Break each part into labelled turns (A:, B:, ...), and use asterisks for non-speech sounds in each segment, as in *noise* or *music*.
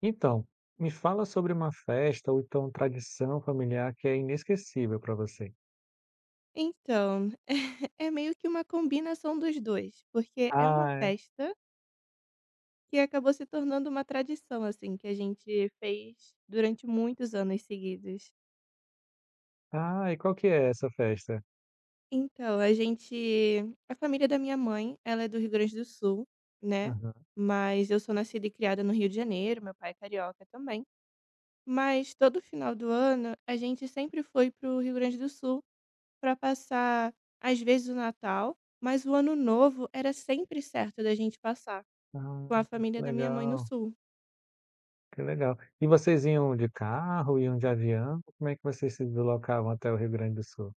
A: Então, me fala sobre uma festa ou então tradição familiar que é inesquecível para você.
B: Então, *laughs* é meio que uma combinação dos 2, porque é uma
A: Ah, é.
B: festa que acabou se tornando uma tradição, assim, que a gente fez durante muitos anos seguidos.
A: Ah, e qual que é essa festa?
B: Então, a família da minha mãe, ela é do Rio Grande do Sul, né,
A: Aham.
B: mas eu sou nascida e criada no Rio de Janeiro, meu pai é carioca também. Mas todo final do ano, a gente sempre foi pro Rio Grande do Sul para passar, às vezes, o Natal, mas o Ano Novo era sempre certo da gente passar.
A: Ah,
B: Com a
A: que
B: família da minha mãe no
A: legal,
B: sul.
A: que legal. E vocês iam de carro, iam de avião? Como é que vocês se deslocavam até o Rio Grande do Sul?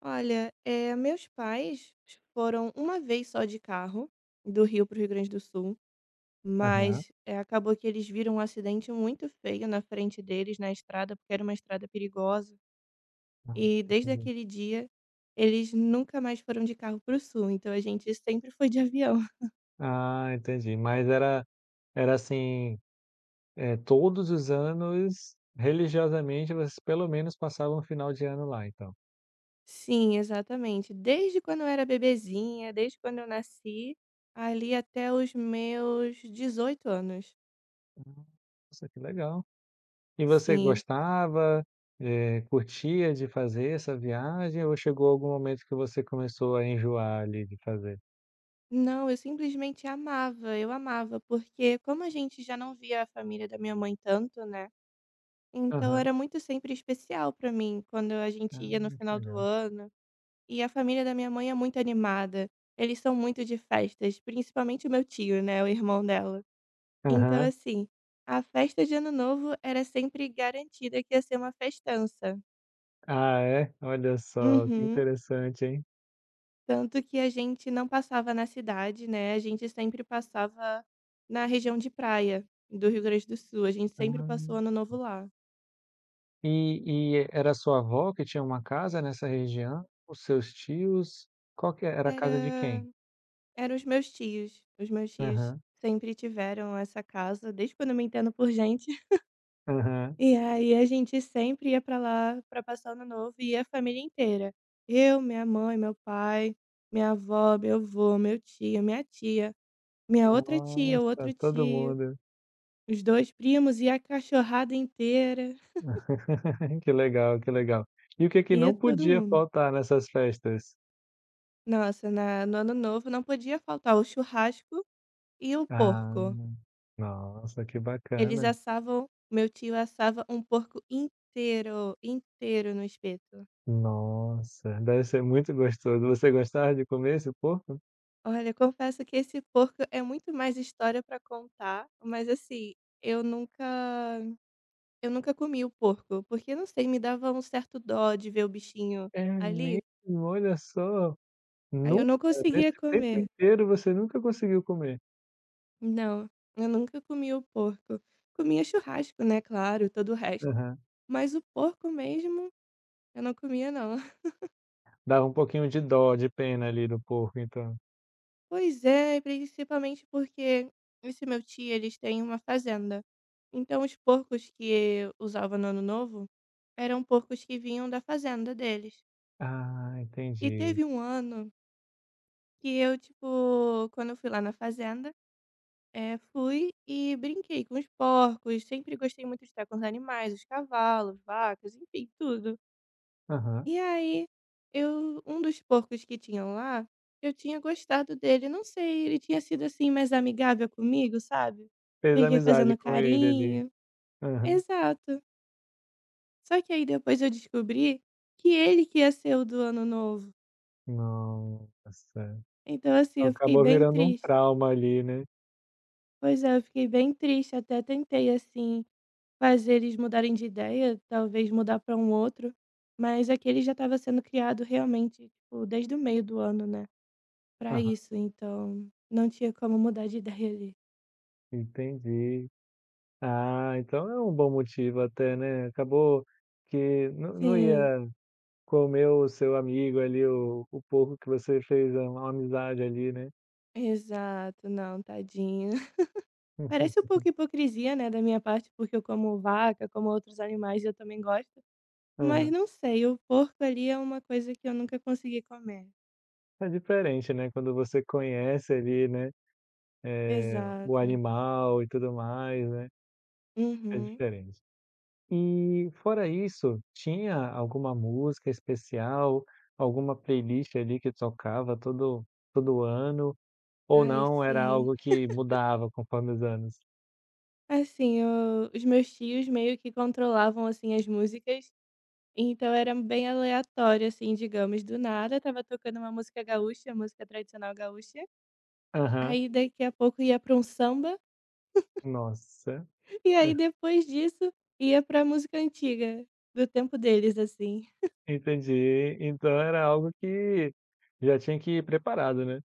B: Olha, meus pais foram uma vez só de carro, do Rio para o Rio Grande do Sul,
A: Aham.
B: mas acabou que eles viram um acidente muito feio na frente deles na estrada, porque era uma estrada perigosa.
A: Ah,
B: E desde
A: entendi.
B: aquele dia, eles nunca mais foram de carro para o sul, então a gente sempre foi de avião. *laughs*
A: Ah, entendi. Mas era assim, todos os anos, religiosamente, vocês pelo menos passavam o final de ano lá, então.
B: Sim, exatamente. Desde quando eu era bebezinha, desde quando eu nasci, ali até os meus 18 anos.
A: Nossa, que legal. E você
B: Sim.
A: curtia de fazer essa viagem ou chegou algum momento que você começou a enjoar ali de fazer?
B: Não, eu simplesmente amava, eu amava, porque como a gente já não via a família da minha mãe tanto, né, então
A: Aham.
B: era muito sempre especial pra mim quando a gente
A: Ah,
B: ia no
A: que
B: final do
A: legal.
B: ano, e a família da minha mãe é muito animada, eles são muito de festas, principalmente o meu tio, né, o irmão dela. Então
A: Aham.
B: assim, a festa de ano novo era sempre garantida que ia ser uma festança.
A: Ah, é? Olha só, que
B: Uhum.
A: interessante, hein?
B: Tanto que a gente não passava na cidade, né, a gente sempre passava na região de praia do Rio Grande do Sul, a gente sempre passou
A: Ah.
B: Ano Novo lá.
A: E era sua avó que tinha uma casa nessa região? Os seus tios? Qual que era a casa de
B: Era
A: quem?
B: era os meus tios,
A: Aham,
B: sempre tiveram essa casa, desde quando eu me entendo por gente, *laughs*
A: aham.
B: e aí a gente sempre ia pra lá pra passar o Ano Novo, e ia a família inteira. Eu, minha mãe, meu pai, minha avó, meu avô, meu tio, minha tia, minha outra tia, o
A: Nossa,
B: outro
A: todo
B: tio,
A: mundo.
B: os 2 primos e a cachorrada inteira.
A: *laughs* Que legal, que legal. E o que que
B: Ia
A: não
B: todo
A: podia
B: mundo.
A: faltar nessas festas?
B: Nossa, na no ano novo não podia faltar o churrasco e o
A: Ah,
B: porco.
A: nossa, que
B: Eles
A: bacana.
B: assavam meu tio assava um porco inteiro, inteiro no espeto.
A: Nossa, deve ser muito gostoso. Você gostava de comer esse porco?
B: Olha, confesso que esse porco é muito mais história pra contar, mas assim, eu nunca eu nunca comi o porco, porque não sei, me dava um certo dó de ver o bichinho
A: É mesmo,
B: ali,
A: olha só.
B: aí eu
A: Nunca,
B: não conseguia
A: nesse tempo
B: comer.
A: inteiro, você nunca conseguiu comer?
B: Não, eu nunca comi o porco. Comia churrasco, né, claro, todo o resto.
A: Aham.
B: Mas o porco mesmo, eu não comia não. *laughs*
A: Dava um pouquinho de dó, de pena ali do porco, então.
B: Pois é, e principalmente porque esse meu tio, eles têm uma fazenda. Então os porcos que usava no Ano Novo eram porcos que vinham da fazenda deles.
A: Ah,
B: E
A: entendi.
B: teve um ano que eu, tipo, quando eu fui lá na fazenda, fui e brinquei com os porcos. Sempre gostei muito de estar com os animais, os cavalos, vacas, enfim, tudo.
A: Aham.
B: E aí, eu um dos porcos que tinham lá, eu tinha gostado dele, não sei, ele tinha sido, assim, mais amigável comigo, sabe.
A: Fez
B: Fiquei fazendo
A: amizade com ele ali.
B: carinho.
A: Aham.
B: Exato. Só que aí depois eu descobri que ele que ia ser o do ano novo.
A: Nossa,
B: Então, assim, eu fiquei
A: acabou
B: bem
A: virando um
B: triste.
A: trauma ali, né?
B: Pois é, eu fiquei bem triste, até tentei, assim, fazer eles mudarem de ideia, talvez mudar pra um outro, mas aquele já estava sendo criado realmente, tipo, desde o meio do ano, né, para
A: Aham,
B: isso, então não tinha como mudar de ideia ali.
A: entendi. Ah, então é um bom motivo até, né, acabou que não
B: Sim,
A: ia comer o seu amigo ali, o pouco que você fez a uma amizade ali, né.
B: exato. Não, tadinho. *laughs* Parece
A: *laughs*
B: um pouco hipocrisia, né, da minha parte, porque eu como vaca, como outros animais, eu também gosto, mas
A: Aham.
B: não sei, o porco ali é uma coisa que eu nunca consegui comer.
A: É diferente, né, quando você conhece ali, né, o
B: Exato.
A: animal e tudo mais, né, é
B: Uhum.
A: diferente. E fora isso, tinha alguma música especial, alguma playlist ali que tocava todo ano, ou
B: Ai,
A: não, era
B: sim.
A: algo que mudava conforme os anos?
B: Assim, eu os meus tios meio que controlavam, assim, as músicas, então era bem aleatório, assim, digamos, do nada estava tocando uma música gaúcha, música tradicional gaúcha.
A: Aham.
B: Aí daqui a pouco ia pra um samba,
A: Nossa,
B: e aí
A: *laughs*
B: depois disso ia pra música antiga, do tempo deles, assim.
A: entendi. Então era algo que já tinha que ir preparado, né?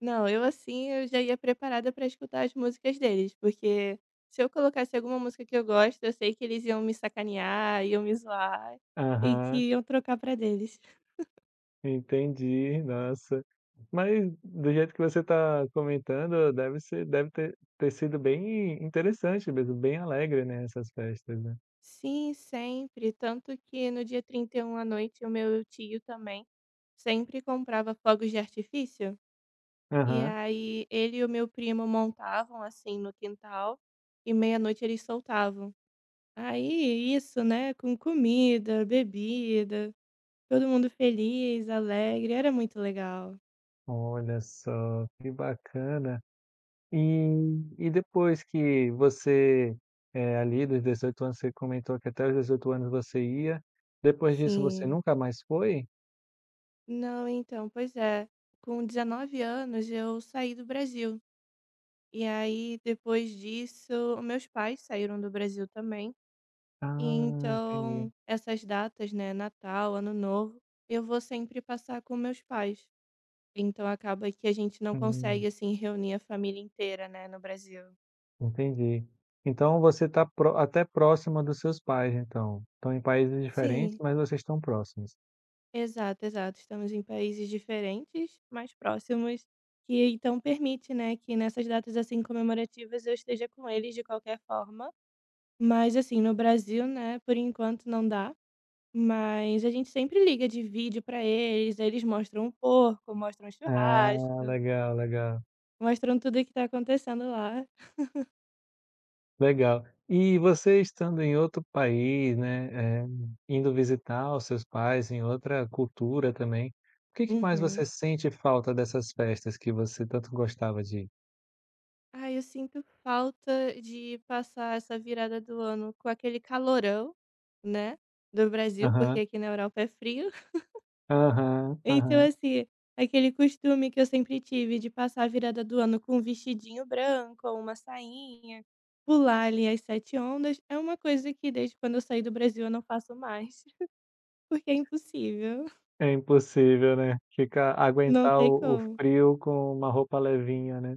B: Não, eu assim, eu já ia preparada pra escutar as músicas deles, porque se eu colocasse alguma música que eu gosto, eu sei que eles iam me sacanear, iam me zoar e
A: Aham,
B: que iam trocar pra deles.
A: entendi, nossa. Mas do jeito que você está comentando, deve ter ter sido bem interessante mesmo, bem alegre, né, essas festas, né?
B: Sim, sempre, tanto que no dia 31 à noite o meu tio também sempre comprava fogos de artifício. E
A: Aham.
B: aí ele e o meu primo montavam, assim, no quintal e meia-noite eles soltavam. Aí isso, né, com comida, bebida, todo mundo feliz, alegre, era muito legal.
A: Olha só, que bacana. E e depois que você ali dos 18 anos, você comentou que até os 18 anos você ia, depois disso você
B: Sim.
A: nunca mais foi?
B: Não, então, pois é. Com 19 anos eu saí do Brasil. E aí depois disso, meus pais saíram do Brasil também. E
A: Ah, entendi.
B: então essas datas, né, Natal, Ano Novo, eu vou sempre passar com meus pais. Então acaba que a gente não consegue,
A: Hum,
B: assim, reunir a família inteira, né, no Brasil.
A: entendi. Então você está até próxima dos seus pais então. Estão em países diferentes,
B: Sim.
A: mas vocês estão próximos.
B: Exato, exato. Estamos em países diferentes, mais próximos, que então permite, né, que nessas datas, assim, comemorativas eu esteja com eles de qualquer forma. Mas, assim, no Brasil, né, por enquanto não dá, mas a gente sempre liga de vídeo pra eles, aí eles mostram o porco, mostram o
A: Ah,
B: churrasco,
A: legal, legal,
B: mostram tudo que tá acontecendo lá.
A: legal. E você estando em outro país, indo visitar os seus pais em outra cultura também, o que que mais
B: Uhum.
A: você sente falta dessas festas que você tanto gostava de ir?
B: Ai, eu sinto falta de passar essa virada do ano com aquele calorão, né, do Brasil, porque
A: Aham,
B: aqui na Europa é frio. *laughs*
A: aham,
B: Então,
A: aham.
B: assim, aquele costume que eu sempre tive de passar a virada do ano com um vestidinho branco, uma sainha, pular ali as sete ondas, é uma coisa que desde quando eu saí do Brasil eu não faço mais, *laughs* porque é impossível,
A: É impossível, né, ficar
B: não
A: aguentar
B: tem
A: o
B: como.
A: frio com uma roupa levinha, né.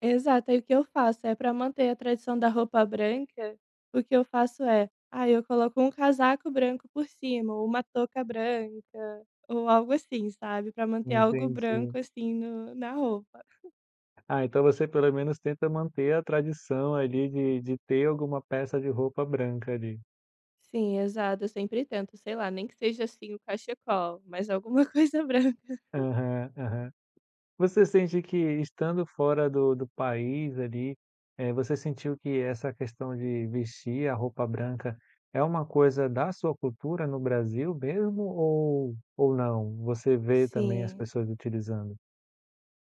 B: Exato, aí o que eu faço é para manter a tradição da roupa branca, o que eu faço é, ah, eu coloco um casaco branco por cima, ou uma touca branca, ou algo assim, sabe, para manter algo
A: Entendi.
B: branco, assim, no na roupa.
A: Ah, então você pelo menos tenta manter a tradição ali de ter alguma peça de roupa branca ali.
B: Sim, exato, eu sempre tento, sei lá, nem que seja, assim, o cachecol, mas alguma *laughs* coisa branca.
A: Aham, aham. Você sente que estando fora do país ali, você sentiu que essa questão de vestir a roupa branca é uma coisa da sua cultura no Brasil mesmo ou não? Você vê também as
B: Sim,
A: pessoas utilizando?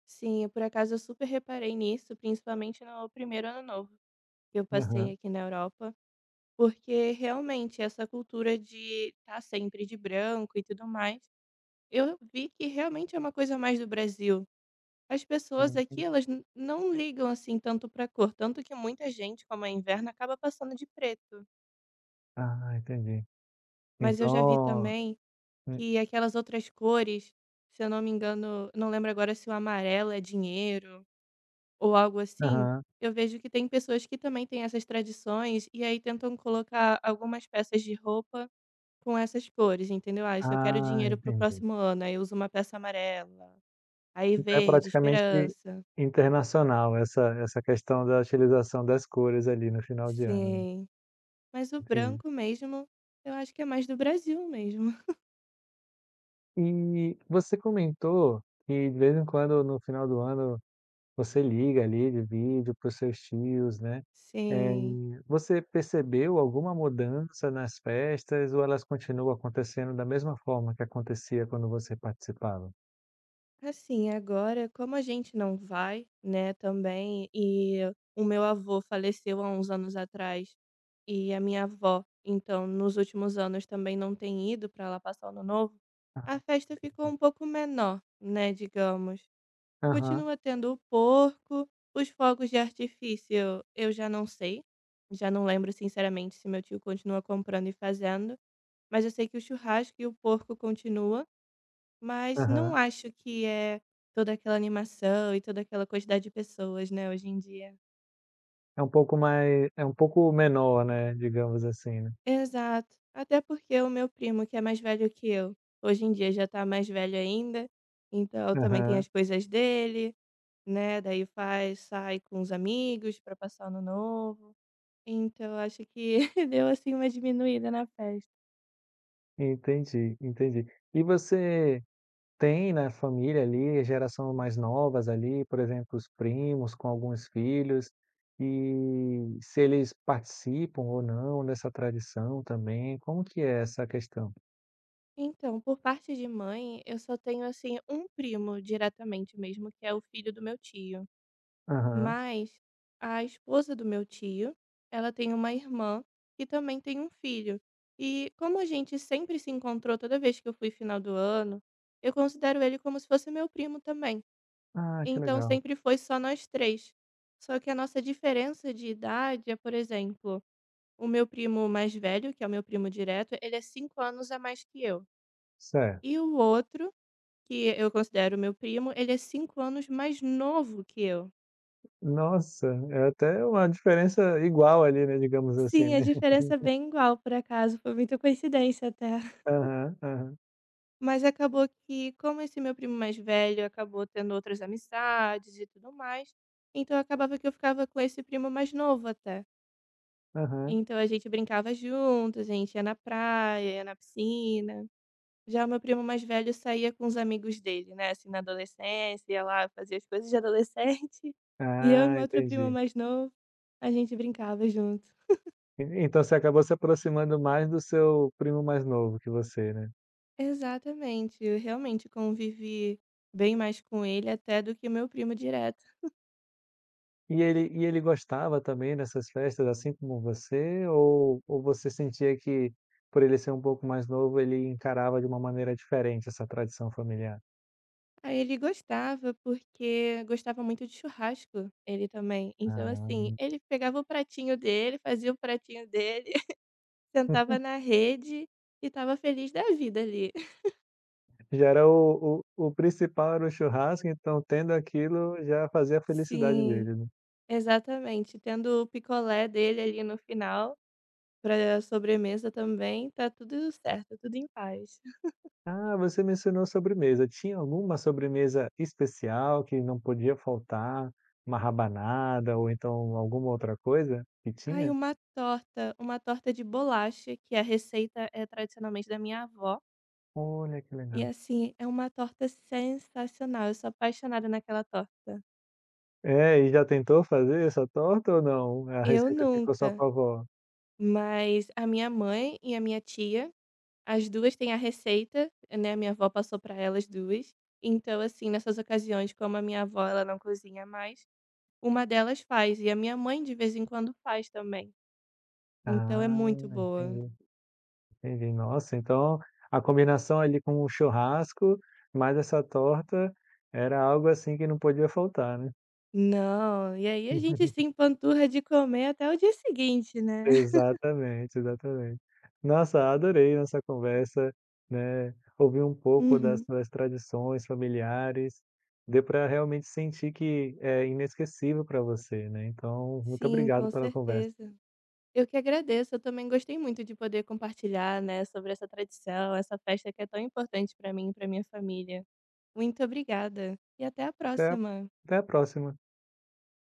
B: sim, eu, por acaso eu super reparei nisso, principalmente no primeiro ano novo que eu passei
A: Aham.
B: aqui na Europa. Porque realmente essa cultura de estar sempre de branco e tudo mais, eu vi que realmente é uma coisa mais do Brasil. As pessoas
A: Hum.
B: aqui, elas não ligam assim tanto para cor, tanto que muita gente, como é inverno, acaba passando de preto.
A: Ah, entendi.
B: Mas eu já vi
A: Então
B: também
A: hum,
B: que aquelas outras cores, se eu não me engano, não lembro agora se o amarelo é dinheiro ou algo assim,
A: aham.
B: eu vejo que tem pessoas que também têm essas tradições e aí tentam colocar algumas peças de roupa com essas cores, entendeu? "Ah, se eu quero
A: Ah,
B: dinheiro pro
A: entendi.
B: próximo ano", aí eu uso uma peça amarela, aí
A: Então é
B: verde,
A: praticamente
B: esperança.
A: internacional essa essa questão da utilização das cores ali no final de ano, né,
B: Sim. Mas o
A: entendi.
B: branco mesmo, eu acho que é mais do Brasil mesmo. *laughs*
A: E você comentou que de vez em quando no final do ano você liga ali de vídeo para os seus tios, né. Eh,
B: Sim.
A: Você percebeu alguma mudança nas festas ou elas continuam acontecendo da mesma forma que acontecia quando você participava?
B: Assim, agora, como a gente não vai, né, também, e o meu avô faleceu há uns anos atrás, e a minha avó, então, nos últimos anos também não tem ido para lá passar o Ano Novo,
A: Ah,
B: a
A: ok.
B: festa ficou um pouco menor, né, digamos.
A: Aham,
B: Continua tendo o porco, os fogos de artifício eu já não sei, já não lembro sinceramente se meu tio continua comprando e fazendo, mas eu sei que o churrasco e o porco continua, mas não
A: aham.
B: acho que é toda aquela animação e toda aquela quantidade de pessoas, né, hoje em dia.
A: É um pouco mais é um pouco menor, né, digamos assim, né.
B: Exato. Até porque o meu primo, que é mais velho que eu, hoje em dia já tá mais velho ainda, então também tem
A: Aham.
B: as coisas dele, né, daí faz, sai com os amigos pra passar o ano novo. Então, acho que *laughs* deu, assim, uma diminuída na festa.
A: Entendi, entendi. E você tem na família ali, geração mais novas ali, por exemplo, os primos com alguns filhos, e se eles participam ou não dessa tradição também, como que é essa questão?
B: Então, por parte de mãe, eu só tenho, assim, um primo diretamente mesmo, que é o filho do meu tio.
A: Aham.
B: Mas a esposa do meu tio, ela tem uma irmã que também tem um filho. E como a gente sempre se encontrou toda vez que eu fui final do ano, eu considero ele como se fosse meu primo também.
A: Ah, que
B: Então,
A: legal.
B: sempre foi só nós três. Só que a nossa diferença de idade é, por exemplo, o meu primo mais velho, que é o meu primo direto, ele é 5 anos a mais que eu.
A: Certo.
B: E o outro, que eu considero meu primo, ele é 5 anos mais novo que eu.
A: Nossa, é até uma diferença igual ali, né, digamos assim,
B: Sim, a
A: né. *laughs*
B: diferença é bem igual, por acaso. Foi muita coincidência até. *laughs*
A: Aham, aham,
B: Mas acabou que, como esse meu primo mais velho acabou tendo outras amizades e tudo mais, então acabava que eu ficava com esse primo mais novo até.
A: aham.
B: Então a gente brincava juntos, a gente ia na praia, ia na piscina. Já o meu primo mais velho saía com os amigos dele, né, assim, na adolescência, ia lá, fazia as coisas de adolescente, *laughs* e eu e
A: Ah,
B: meu outro primo
A: entendi.
B: mais novo, a gente brincava junto.
A: E então você acabou se aproximando mais do seu primo mais novo que você, né.
B: Exatamente, eu realmente convivi bem mais com ele até do que meu primo direto.
A: E ele gostava também dessas festas, assim como você, ou você sentia que, por ele ser um pouco mais novo, ele encarava de uma maneira diferente essa tradição familiar?
B: Aí ele gostava porque gostava muito de churrasco, ele também. Então assim,
A: Ah,
B: ele pegava o pratinho dele, fazia o pratinho dele, *laughs* sentava
A: *laughs*
B: na rede e tava feliz da vida ali. *laughs*
A: já era o principal era o churrasco, então tendo aquilo já fazia a felicidade
B: Sim.
A: dele, né?
B: Exatamente, tendo o picolé dele ali no final, para sobremesa também, tá tudo certo, tudo em paz.
A: Ah, você mencionou sobremesa. Tinha alguma sobremesa especial que não podia faltar? Uma rabanada ou então alguma outra coisa que
B: Ai,
A: tinha?
B: uma torta de bolacha, que a receita é tradicionalmente da minha avó,
A: Olha que
B: e
A: legal.
B: assim, é uma torta sensacional, eu sou apaixonada naquela torta.
A: É, e já tentou fazer essa torta ou não? A
B: Eu
A: receita ficou só
B: nunca,
A: com a avó?
B: mas a minha mãe e a minha tia, as 2 têm a receita, né, a minha avó passou para elas duas, então assim, nessas ocasiões, como a minha avó ela não cozinha mais, uma delas faz, e a minha mãe de vez em quando faz também. Então é
A: Ah,
B: muito boa.
A: entendi, entendi. Nossa, então a combinação ali com o churrasco mais essa torta era algo assim que não podia faltar, né?
B: Não, e aí a gente
A: *laughs*
B: se empanturra de comer até o dia seguinte, né. *laughs*
A: Exatamente, exatamente. Nossa, adorei nossa conversa, né, ouvir um pouco das
B: Uhum.
A: das tradições familiares, deu para realmente sentir que é inesquecível para você, né, então muito
B: Sim, com
A: obrigado pela conversa.
B: certeza. Eu que agradeço, eu também gostei muito de poder compartilhar, né, sobre essa tradição, essa festa que é tão importante para mim e pra minha família. Muito obrigada, e até a
A: Até a
B: próxima.
A: até a próxima.